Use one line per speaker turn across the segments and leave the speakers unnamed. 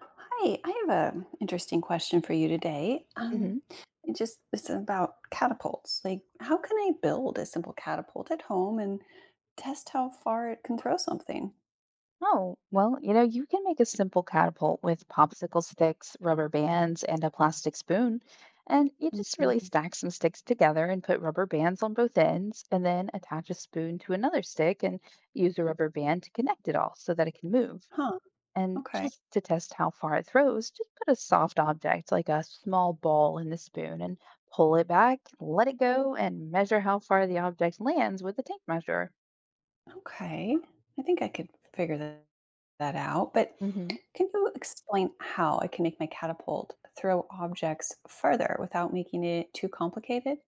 Hi, I have an interesting question for you today.
Hmm
It's about catapults. Like, how can I build a simple catapult at home and test how far it can throw something?
Oh, well, you can make a simple catapult with popsicle sticks, rubber bands, and a plastic spoon. And you just really
Mhm.
stack some sticks together and put rubber bands on both ends, and then attach a spoon to another stick and use a rubber band to connect it all so that it can move.
Huh.
And
Okay.
just to test how far it throws, just put a soft object like a small ball in the spoon and pull it back, let it go, and measure how far the object lands with a tape measure.
Okay. I think I could figure that out. But can you explain how I can make my catapult throw objects further without making it too complicated?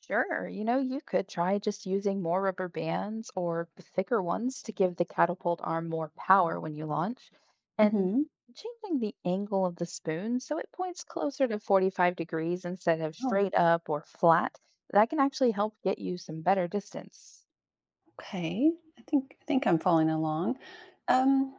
Sure, you could try just using more rubber bands or thicker ones to give the catapult arm more power when you launch, and
Mhm.
changing the angle of the spoon so it points closer to 45 degrees instead of
Oh,
straight up or flat. That can actually help get you some better distance.
okay. I think I'm following along. Um,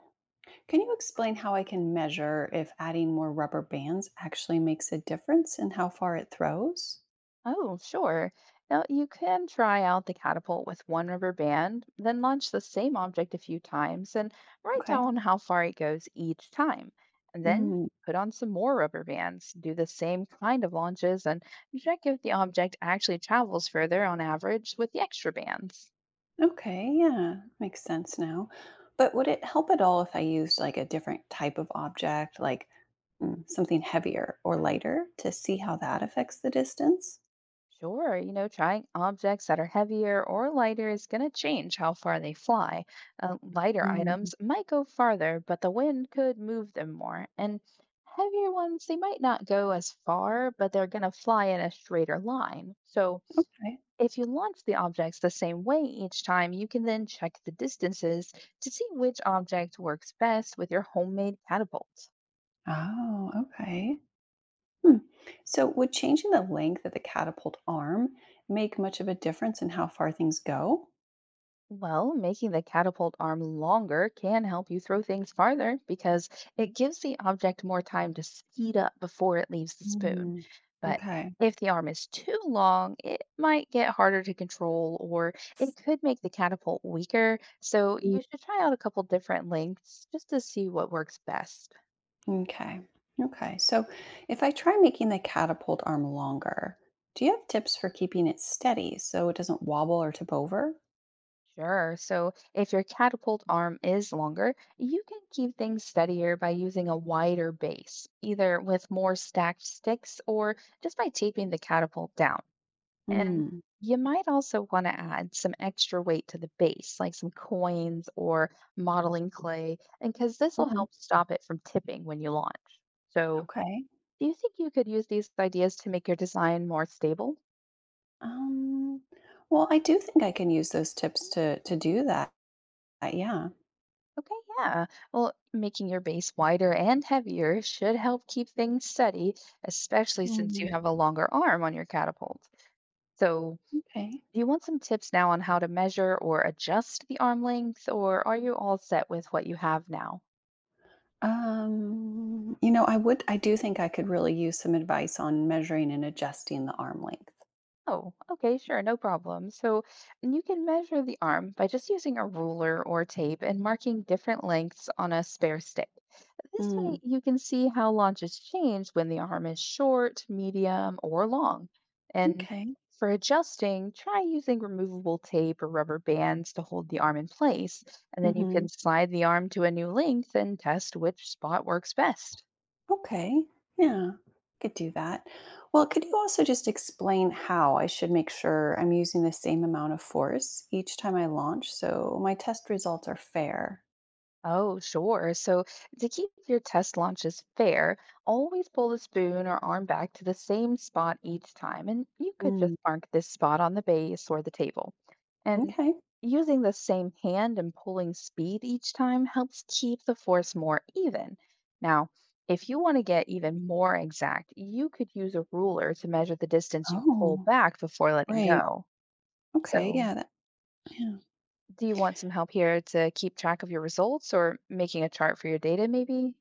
Can you explain how I can measure if adding more rubber bands actually makes a difference in how far it throws?
Oh, sure. Now, you can try out the catapult with one rubber band, then launch the same object a few times and write
Okay.
down how far it goes each time. And then
Mm,
put on some more rubber bands, do the same kind of launches, and check if the object actually travels further on average with the extra bands.
okay. Yeah. Makes sense now. But would it help at all if I used like a different type of object, like mm, something heavier or lighter, to see how that affects the distance?
Sure, trying objects that are heavier or lighter is going to change how far they fly. Lighter
Mm,
items might go farther, but the wind could move them more. And heavier ones, they might not go as far, but they're going to fly in a straighter line. So
right.
if you launch the objects the same way each time, you can then check the distances to see which object works best with your homemade catapult.
Oh, okay. Hmm. So, would changing the length of the catapult arm make much of a difference in how far things go?
Well, making the catapult arm longer can help you throw things farther because it gives the object more time to speed up before it leaves the spoon.
Mm,
But
okay.
if the arm is too long, it might get harder to control or it could make the catapult weaker. So
Mm.
you should try out a couple different lengths just to see what works best.
Okay. Okay. So if I try making the catapult arm longer, do you have tips for keeping it steady so it doesn't wobble or tip over?
Sure. So if your catapult arm is longer, you can keep things steadier by using a wider base, either with more stacked sticks or just by taping the catapult down. And
Mm.
you might also want to add some extra weight to the base, like some coins or modeling clay, and because this will
Hmm.
help stop it from tipping when you launch. So,
Okay.
do you think you could use these ideas to make your design more stable?
Um, well, I do think I can use those tips to do that. Yeah.
Okay, yeah. Well, making your base wider and heavier should help keep things steady, especially since you
Mhm.
have a longer arm on your catapult. So,
Okay.
do you want some tips now on how to measure or adjust the arm length, or are you all set with what you have now?
You know, I do think I could really use some advice on measuring and adjusting the arm length.
Oh, okay, sure, no problem. So you can measure the arm by just using a ruler or tape and marking different lengths on a spare stick. This way,
Mm.
you can see how launches change when the arm is short, medium, or long. And
Okay.
for adjusting, try using removable tape or rubber bands to hold the arm in place. And then you
Mm-hmm.
can slide the arm to a new length and test which spot works best.
Okay. Yeah. Could do that. Well, could you also just explain how I should make sure I'm using the same amount of force each time I launch so my test results are fair?
Oh, sure. So to keep your test launches fair, always pull the spoon or arm back to the same spot each time, and you could just
Mm,
mark this spot on the base or the table. And
okay.
using the same hand and pulling speed each time helps keep the force more even. Now, if you want to get even more exact, you could use a ruler to measure the distance you pull
Oh,
back before letting
right.
go.
Okay.
So
Yeah. That, yeah.
do you want some help here to keep track of your results or making a chart for your data, maybe?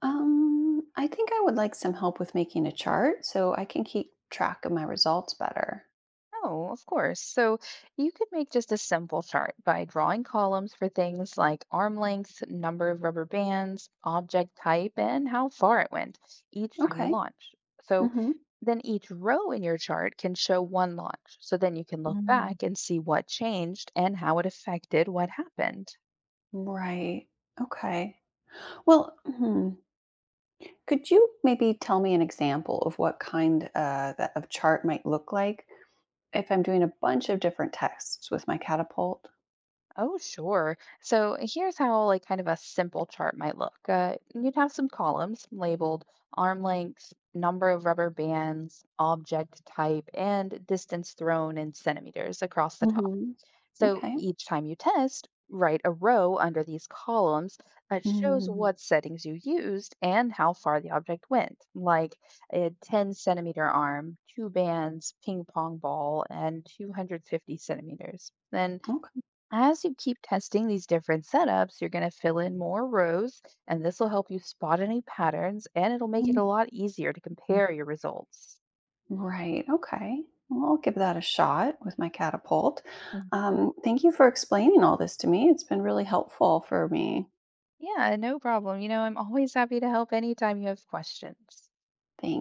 I think I would like some help with making a chart so I can keep track of my results better.
Oh, of course. So you could make just a simple chart by drawing columns for things like arm length, number of rubber bands, object type, and how far it went each time you
Okay.
launch. So
Mm-hmm.
then each row in your chart can show one launch. So then you can look
Mm,
back and see what changed and how it affected what happened.
right. Okay. Well, hmm, could you maybe tell me an example of what kind that of chart might look like if I'm doing a bunch of different tests with my catapult?
Oh, sure. So here's how like kind of a simple chart might look. You'd have some columns labeled arm lengths, number of rubber bands, object type, and distance thrown in centimeters across the top.
Hmm.
So
Okay.
each time you test, write a row under these columns that shows
Mm,
what settings you used and how far the object went, like a 10 centimeter arm, two bands, ping pong ball, and 250 centimeters. Then,
okay.
as you keep testing these different setups, you're going to fill in more rows, and this will help you spot any patterns and it'll make it
Mm,
a lot easier to compare your results.
right. Okay. Well, I'll give that a shot with my catapult.
Mm.
Thank you for explaining all this to me. It's been really helpful for me.
Yeah, no problem. I'm always happy to help anytime you have questions.
Thank